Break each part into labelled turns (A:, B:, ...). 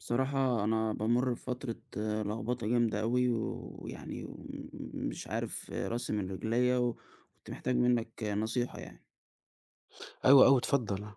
A: بصراحة أنا بامُر بفترة لخبطة جامدة أوي، ويعني ومش عارف راسي من رجليّا، وكنت محتاج منّك نصيحة يعني.
B: أيوه، أيوه، اتفضل، آه.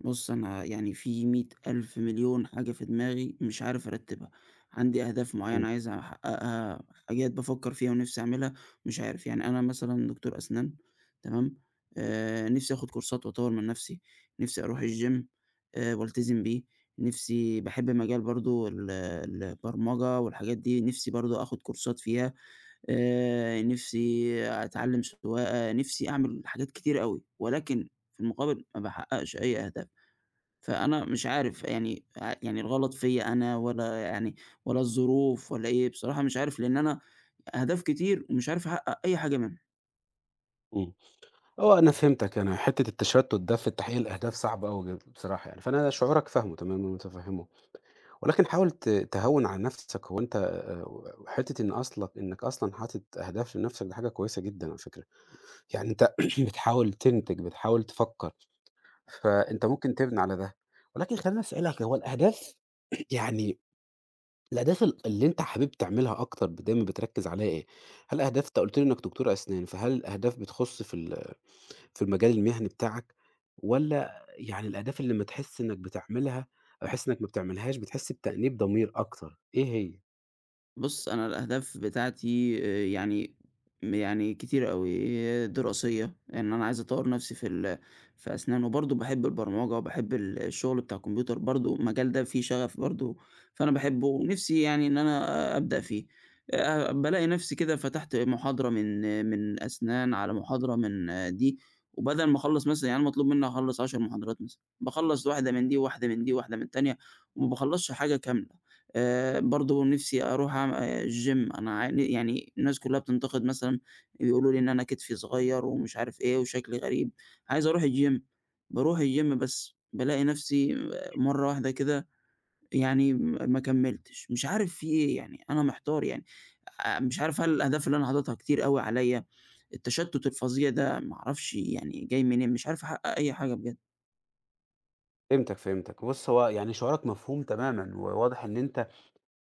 A: بُص، أنا يعني في مِيّة ألف مليون حاجة في دماغي مش عارف أرتّبها، عندي أهداف
B: إمم،
A: معيّنة عايز أحققها، حاجات بافكّر فيها ونِفْسي أعملها مش عارف، يعني أنا مثلًا دكتور أسنان تمام، نِفْسي آخُد كورسات وأطوّر من نَفْسي، نِفْسي أروح الgym والتزم بيه، نِفْسي باحب مجال برضه البرمجة والحاجات دي، نِفْسي برضه آخُد كورسات فيها، نِفْسي أتعلّم سواقة، نِفْسي أعمل حاجات كتير أوي، ولكن في المقابل ما باحقّقش أي أهداف. فأنا مش عارف يعني ع يعني الغلط فيّا أنا والّا يعني والّا الظروف والّا إيه، بصراحة مش عارف لإن أنا أهداف كتير ومش عارف أحقق أي حاجة منهم.
B: إمم. آه، أنا فهمتك، أنا حتّة التشتُّت ده في تحقيق الأهداف صعب أوي بصراحة يعني، فأنا شعورك فاهمه تمامًا ومتفهّمه، ولكن حاول تهوّن على نَفْسك، هو أنت حتّة إن أصلك إنّك أصلًا حاطط أهداف لنَفْسك دي حاجة كويسة جدًا على فكرة، يعني أنت بتحاول تنتج، بتحاول تفكّر، فأنت ممكن تبني على ده، ولكن خلّيني أسألك هو الأهداف يعني الأهداف اللي أنت حابب تعملها أكتر دايمًا بتركّز عليها إيه؟ هل أهداف أنت قُلت لي إنّك دكتور أسنان، فهل الأهداف بتخُص في في المجال المهني بتاعك والّا يعني الأهداف اللي لمّا تحس إنّك بتعملها أو تحس إنّك ما بتعملهاش بتحس بتأنيب ضمير أكتر، إيه هي؟
A: بُص، أنا الأهداف بتاعتي يعني م يعني كتيرة أوي، دراسية، إن أنا عايز أطوّر نَفْسي في في أسنان، وبرضه باحب البرمجة وباحب الشغل بتاع الكمبيوتر برضه، المجال ده فيه شغف برضه، فأنا باحبه ونِفْسي يعني إن أنا أبدأ فيه. بالاقي نَفْسي كده فتحت محاضرة من أسنان، على محاضرة من دي، وبدل ما أخلّص مثلًا يعني أنا مطلوب منّي أخلّص 10 محاضرات مثلًا، باخلّص واحدة من دي، وواحدة من دي، وواحدة من التانية، وما باخلّصش حاجة كاملة. برضه نِفْسي أروح أعم الgym أنا عن يعني الناس كُلّها بتنتقد مثلًا، بيقولوا لي إن أنا كتفي صغيّر ومش عارف إيه وشكلي غريب، عايز أروح الgym، باروح الgym بس بالاقي نَفْسي مرّة واحدة كده يعني ما كمّلتش، مش عارف في إيه يعني، أنا محتار يعني، مش عارف هل الأهداف اللي أنا حاططها كتير أوي عليّا، التشتُّت الفظيع ده ما أعرفش يعني جاي منين، مش عارف أحقق أي حاجة بجد.
B: فهمتك، فهمتك. بُص، هو يعني شعورك مفهوم تمامًا وواضح إن أنت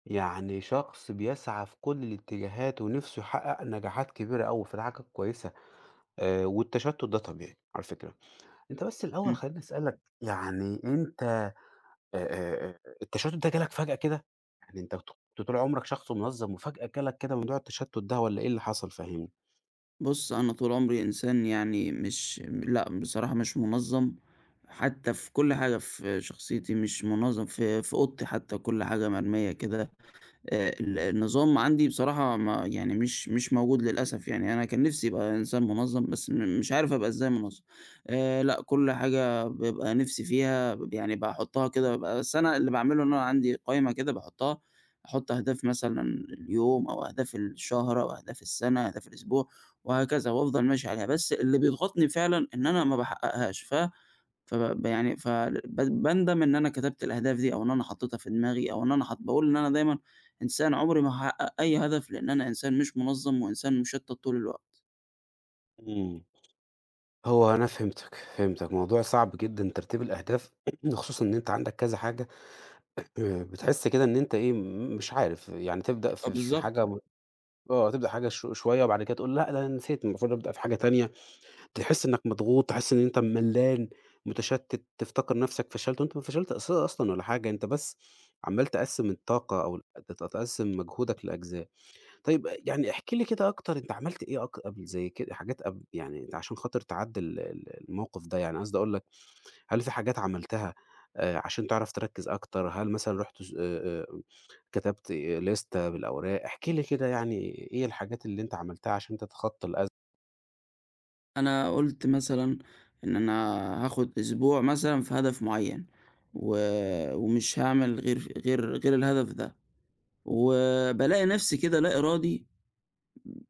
B: يعني شخص بيسعى في كل الاتجاهات ونِفْسه يحقّق نجاحات كبيرة أوي في الحاجة الكويسة والتشتُّت ده طبيعي على فكرة. أنت بس الأول
A: إمم.
B: خلّيني أسألك، يعني أنت التشتُّت ده جالك فجأة كده؟ يعني أنت كنت طول عمرك شخص منظَّم وفجأة جالك كده موضوع التشتُّت ده والّا إيه اللي حصل فهمني؟
A: بُص، أنا طول عمري إنسان يعني مش لأ، بصراحة مش منظَّم، حتى في كل
B: إمم.
A: حاجة في شخصيتي مش منظَّم، في أوضتي حتى كل حاجة مرمية كده ال النظام عندي بصراحة ما يعني مش موجود للأسف، يعني أنا كان نِفْسي أبقى إنسان منظَّم بس مش عارف أبقى إزاي منظَّم، لأ كل حاجة بابقى نِفْسي فيها ب يعني باحُطّها كده بابقى بس أنا اللي باعمله إن أنا عندي قايمة كده باحُطّها، أحُط أهداف مثلًا اليوم أو أهداف الشهر أو أهداف السَنة، أهداف الأسبوع وهكذا وأفضل ماشي عليها، بس اللي بيضغطني فعلًا إن أنا ما باحققهاش، ف فب يعني فب باندم إن أنا كتبت الأهداف دي أو إن أنا حطيتها في دماغي أو إن أنا باقول إن أنا دايمًا إنسان عمري ما هاحقق أي هدف، لإن أنا إنسان مش منظم وإنسان مشتت طول الوقت.
B: إمم. هو أنا فهمتك، فهمتك. موضوع صعب جدًا ترتيب الأهداف خصوصًا إن أنت عندك كذا حاجة بتحس كده إن أنت إيه، مش عارف. يعني تبدأ
A: آه
B: في
A: بالضبط.
B: حاجة آه، تبدأ حاجة شوية وبعد كده تقول لأ ده أنا نسيت المفروض أبدأ في حاجة تانية. تحس إنك مضغوط، تحس إن أنت ملّان، متشتت، تفتكر نفسك فشلت وأنت ما فشلت أصلًا ولا حاجة، أنت بس عمّال تقسّم الطاقة أو تقسّم مجهودك لأجزاء. طيب يعني احكِ لي كده أكتر، أنت عملت إيه قبل زي كده حاجات قبل يعني أنت عشان خاطر تعدّي ال ال الموقف ده، يعني قصدي أقول لك هل في حاجات عملتها عشان تعرف تركّز أكتر؟ هل مثلًا رُحت س كتبت لِستة بالأوراق؟ احكِ لي كده يعني إيه الحاجات اللي أنت عملتها عشان تتخطى الأزمة؟
A: أنا قُلت مثلًا إن أنا هاخد أسبوع مثلًا في هدف معيّن، و ومش هاعمل غير الهدف ده، وبالاقي نفسي كده لا إرادي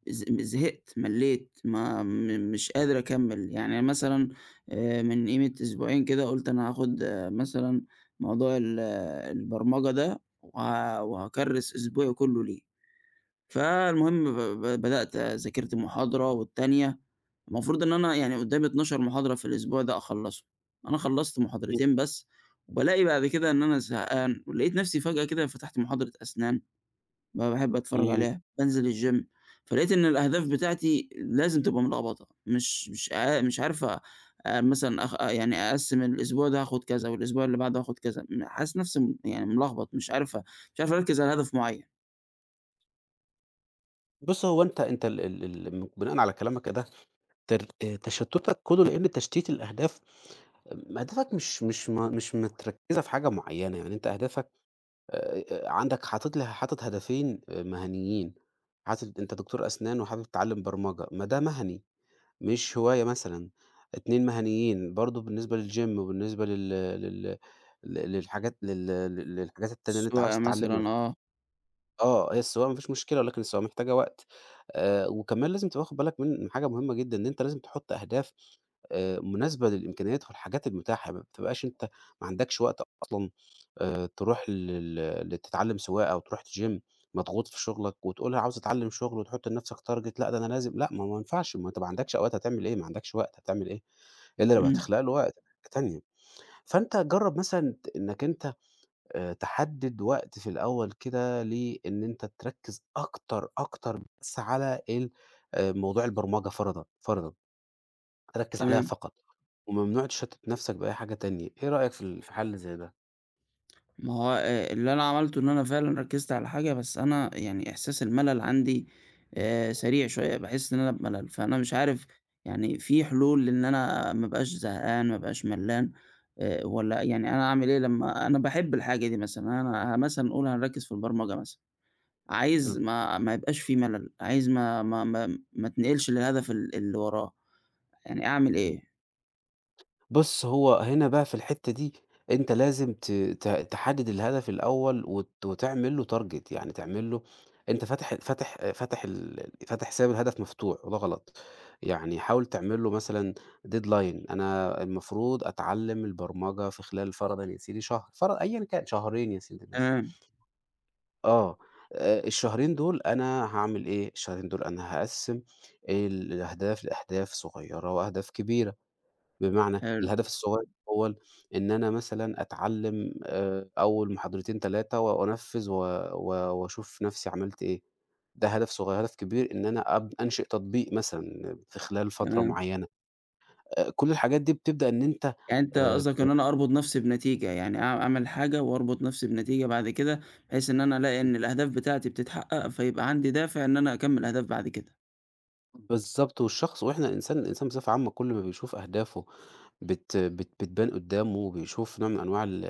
A: زهقت، ملّيت، ما م مش قادر أكمّل، يعني مثلًا من قيمة أسبوعين كده قُلت أنا هاخد مثلًا موضوع ال آه، البرمجة ده وهاكرّس أسبوعي كلّه ليه، فالمهم ب ب بدأت ذاكرت محاضرة والتانية، المفروض إن أنا يعني قُدّامي 12 محاضرة في الأسبوع ده أخلّصهم، أنا خلّصت محاضرتين بس، وبالاقي بعد كده إن أنا زهقان، ولقيت نَفْسي فجأة كده فتحت محاضرة أسنان باحب أتفرّج
B: إمم.
A: عليها، بانزل الgym، فلقيت إن الأهداف بتاعتي لازم تبقى ملخبطة، مش عارف أ آه، مثلًا أخ آه، يعني أقسّم الأسبوع ده هاخد كذا، والأسبوع اللي بعده هاخد كذا، حاسس نفسي م يعني ملخبط، مش عارف أركّز على هدف معيّن،
B: بُص، هو أنت ال ال ال بناءً على كلامك ده تر تشتُّتك كُلّه لإن تشتيت الأهداف أهدافك مش متركِّزة في حاجة معيّنة، يعني أنت أهدافك عندك حاطط لها هدفين مهنيين، حاطط أنت دكتور أسنان وحابب تتعلّم برمجة، ما ده مهني مش هواية مثلًا، 2 مهنيين برضه بالنسبة للgym وبالنسبة لل لل ل للحاجات لل لل للحاجات التانية اللي أنت عاوز
A: سواقة مثلًا،
B: تتعلّمها.
A: آه.
B: آه، هي السواقة ما فيش مشكلة، ولكن السواقة محتاجة وقت، وكمان لازم تبقى واخد بالك من حاجة مهمة جدًا، إن أنت لازم تحط أهداف مناسبة للإمكانيات والحاجات المتاحة، ما بتبقاش أنت ما عندكش وقت أصلًا تروح لتتعلم سواقة أو تروح gym مضغوط في شغلك وتقول عاوز أتعلم شغل وتحط لنفسك target لأ، ده أنا لازم لأ، ما هو ما ينفعش، ما أنت ما عندكش أوقات هتعمل إيه، ما عندكش وقت هتعمل إيه، إلا لو
A: إمم.
B: هتخلق له وقت حاجة تانية. فأنت جرّب مثلًا إنك أنت تحدد وقت في الأول كده لإن أنت تركّز أكتر، أكتر بس على ال موضوع البرمجة فرضًا، فرضًا تركّز عليها
A: تمام.
B: فقط، وممنوع تشتّت نَفْسك بأي حاجة تانية، إيه رأيك في في حل زي ده؟
A: ما هو اللي أنا عملته إن أنا فعلًا ركّزت على حاجة، بس أنا يعني إحساس الملل عندي سريع شوية، باحس إن أنا بملل، فأنا مش عارف يعني في حلول إن أنا ما أبقاش زهقان، ما أبقاش ملّان والّا يعني أنا أعمل إيه لمّا أنا باحب الحاجة دي مثلًا، أنا مثلًا نقول هنركّز في البرمجة مثلًا، عايز
B: حلو.
A: ما يبقاش في ملل، عايز ما اتنقلش للهدف اللي وراه، يعني أعمل
B: إمم.
A: إيه؟
B: بُص، هو هنا بقى في الحتّة دي أنت لازم ت ت تحدد الهدف الأول وتعمل له target يعني تعمل له أنت فاتح سايب الهدف مفتوح وده غلط، يعني حاول تعمل له مثلًا deadline أنا المفروض أتعلم البرمجة في خلال فرضًا يا سيدي شهر، فرض أيًا كان شهرين يا سيدي مثلًا،
A: تمام.
B: آه، الشهرين دول أنا هاعمل إيه، الشهرين دول أنا هاقسّم الأهداف لأهداف صغيّرة وأهداف كبيرة. بمعنى
A: حلو.
B: الهدف الصغير الأول إن أنا مثلًا أتعلّم أول محاضرتين 3 وأنفّذ و و وأشوف نَفْسي عملت إيه، ده هدف صغير، هدف كبير إن أنا أنشئ تطبيق مثلًا في خلال فترة
A: تمام.
B: معيّنة، كل الحاجات دي بتبدأ إن أنت
A: يعني أنت
B: آآ
A: قصدك إن أنا أربط نفسي بنتيجة، يعني أعمل حاجة وأربط نفسي بنتيجة بعد كده، بحيث إن أنا ألاقي إن الأهداف بتاعتي بتتحقق، فيبقى عندي دافع إن أنا أكمّل أهداف بعد كده.
B: بالضبط، والشخص وإحنا الإنسان بصفة عامة كل ما بيشوف أهدافه بت بت بتبان قُدّامه وبيشوف نوع من أنواع ال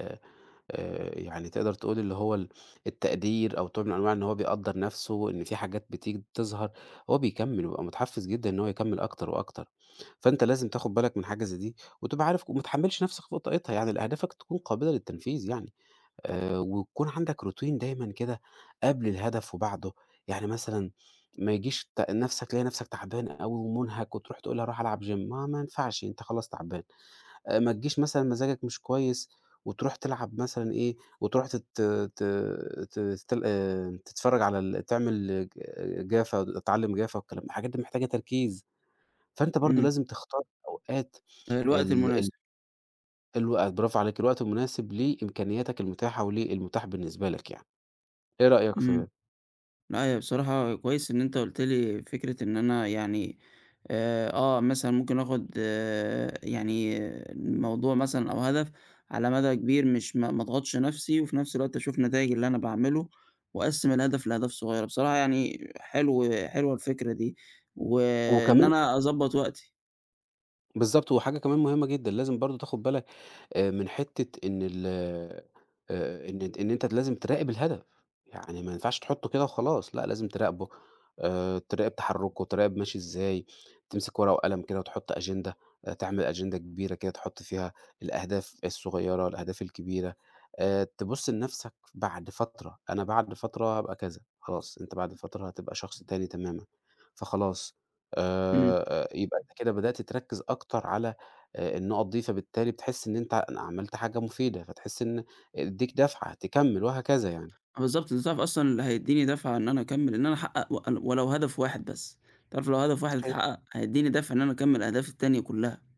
B: يعني تقدر تقول اللي هو التقدير أو نوع من أنواع إن هو بيقدّر نَفْسه، إن في حاجات بتيجي تظهر، هو بيكمّل وبيبقى متحفّز جدًا إن هو يكمّل أكتر وأكتر. فأنت لازم تاخُد بالك من حاجة زي دي وتبقى عارف وما تحمّلش نَفْسك فوق طاقتها، يعني أهدافك تكون قابلة للتنفيذ يعني ويكون عندك routine دايمًا كده قبل الهدف وبعده، يعني مثلًا ما يجيش نَفْسك تلاقي نَفْسك تعبان أوي ومُنهَك وتروح تقول أنا هاروح ألعب gym ما ينفعش أنت خلاص تعبان. ما تجيش مثلًا مزاجك مش كويس وتروح تلعب مثلًا إيه، وتروح تت ت ت تل تتفرّج على تعمل جافة، تتعلّم جافة والكلام الحاجات دي محتاجة تركيز، فأنت برضه
A: إمم.
B: لازم تختار أوقات
A: الوقت
B: ال
A: المناسب.
B: ال الوق برافو عليك، الوقت المناسب لإمكانياتك المتاحة وللمتاح بالنسبة لك يعني. إيه رأيك
A: إمم.
B: في
A: لأ، هي بصراحة كويس إن أنت قُلت لي فكرة إن أنا يعني مثلًا ممكن آخُد يعني الموضوع مثلًا أو هدف على مدى كبير مش ما أضغطش نَفْسي وفي نَفْس الوقت أشوف نتايج اللي أنا باعمله وأقسِّم الهدف لأهداف صغيّرة، بصراحة يعني حلوة الفكرة دي وإن
B: وكمان
A: أنا أضبّط وقتي.
B: بالضبط، وحاجة كمان مهمة جدًا، لازم برضه تاخد بالك من حتّة إن ال إن إن أنت لازم تراقب الهدف، يعني ما ينفعش تحطّه كده وخلاص، لأ لازم تراقبه، تراقب تحرُّكه، تراقب ماشي إزاي، تمسك ورقة وقلم كده وتحط أجندة، تعمل أجندة كبيرة كده تحط فيها الأهداف الصغيّرة، الأهداف الكبيرة، تبُص لنَفْسك بعد فترة، أنا بعد فترة هابقى كذا، خلاص أنت بعد فترة هتبقى شخص تاني تمامًا، فخلاص
A: إمم.
B: يبقى أنت كده بدأت تركّز أكتر على النُقط دي، فبالتالي بتحس إن أنت عملت حاجة مفيدة، فتحس إن ادّيك دَفعة تكمّل وهكذا يعني.
A: بالضبط، ده تعرف أصلًا اللي هيدّيني دَفعة إن أنا أكمِّل إن أنا أحقق ولو هدف واحد بس، تعرف لو هدف واحد اتحقق هيدّيني دَفعة إن أنا أكمِّل أهدافي التانية كُلّها.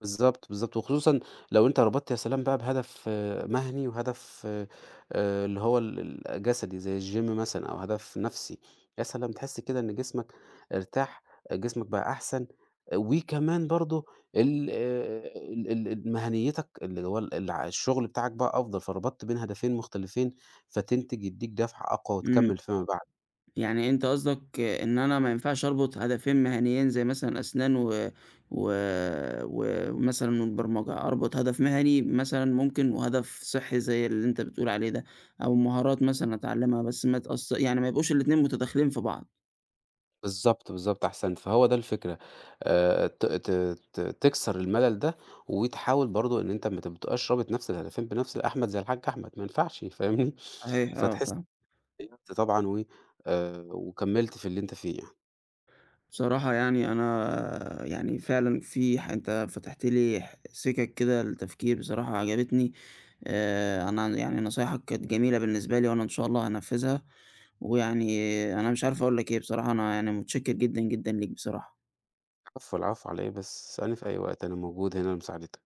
B: بالضبط، بالضبط، وخصوصًا لو أنت ربطت يا سلام بقى بهدف آه، مهني وهدف اللي هو ال ال جسدي زي الgym مثلًا أو هدف نفسي، يا سلام تحس كده إن جسمك ارتاح، آه، جسمك بقى أحسن، آه، وكمان برضه ال ال ال ال مهنيتك اللي هو ال الع الشغل بتاعك بقى أفضل، فربطت بين هدفين مختلفين فتنتج يدّيك دفعة أقوى
A: إمم.
B: وتكمّل فيما بعد.
A: يعني أنت قصدك إن أنا ما ينفعش أربط هدفين مهنيين زي مثلًا أسنان و و ومثلًا البرمجة، أربط هدف مهني مثلًا ممكن وهدف صحّي زي اللي أنت بتقول عليه ده، أو مهارات مثلًا أتعلمها بس ما تأث يعني ما يبقوش الاتنين متداخلين في بعض.
B: بالضبط، بالضبط، أحسنت، فهو ده الفكرة، ت ت ت تكسر الملل ده، وتحاول برضه إن أنت ما تبقاش رابط نفس الهدفين بنفس أحمد زي الحاج أحمد، ما ينفعش فاهمني،
A: صحيح، آه
B: فتحس
A: فاهمك.
B: إن إنت طبعًا و وكمّلت في اللي أنت فيه يعني.
A: بصراحة يعني أنا يعني فعلًا في ح أنت فتحت لي سِكَك كده للتفكير بصراحة عجبتني، أنا يعني نصايحك كانت جميلة بالنسبة لي وأنا إن شاء الله هانفّذها، ويعني أنا مش عارف أقول لك إيه بصراحة، أنا يعني متشكر جدًا، جدًا ليك بصراحة.
B: العفو، العفو على إيه بس، اسألني في أي وقت أنا موجود هنا لمساعدتك.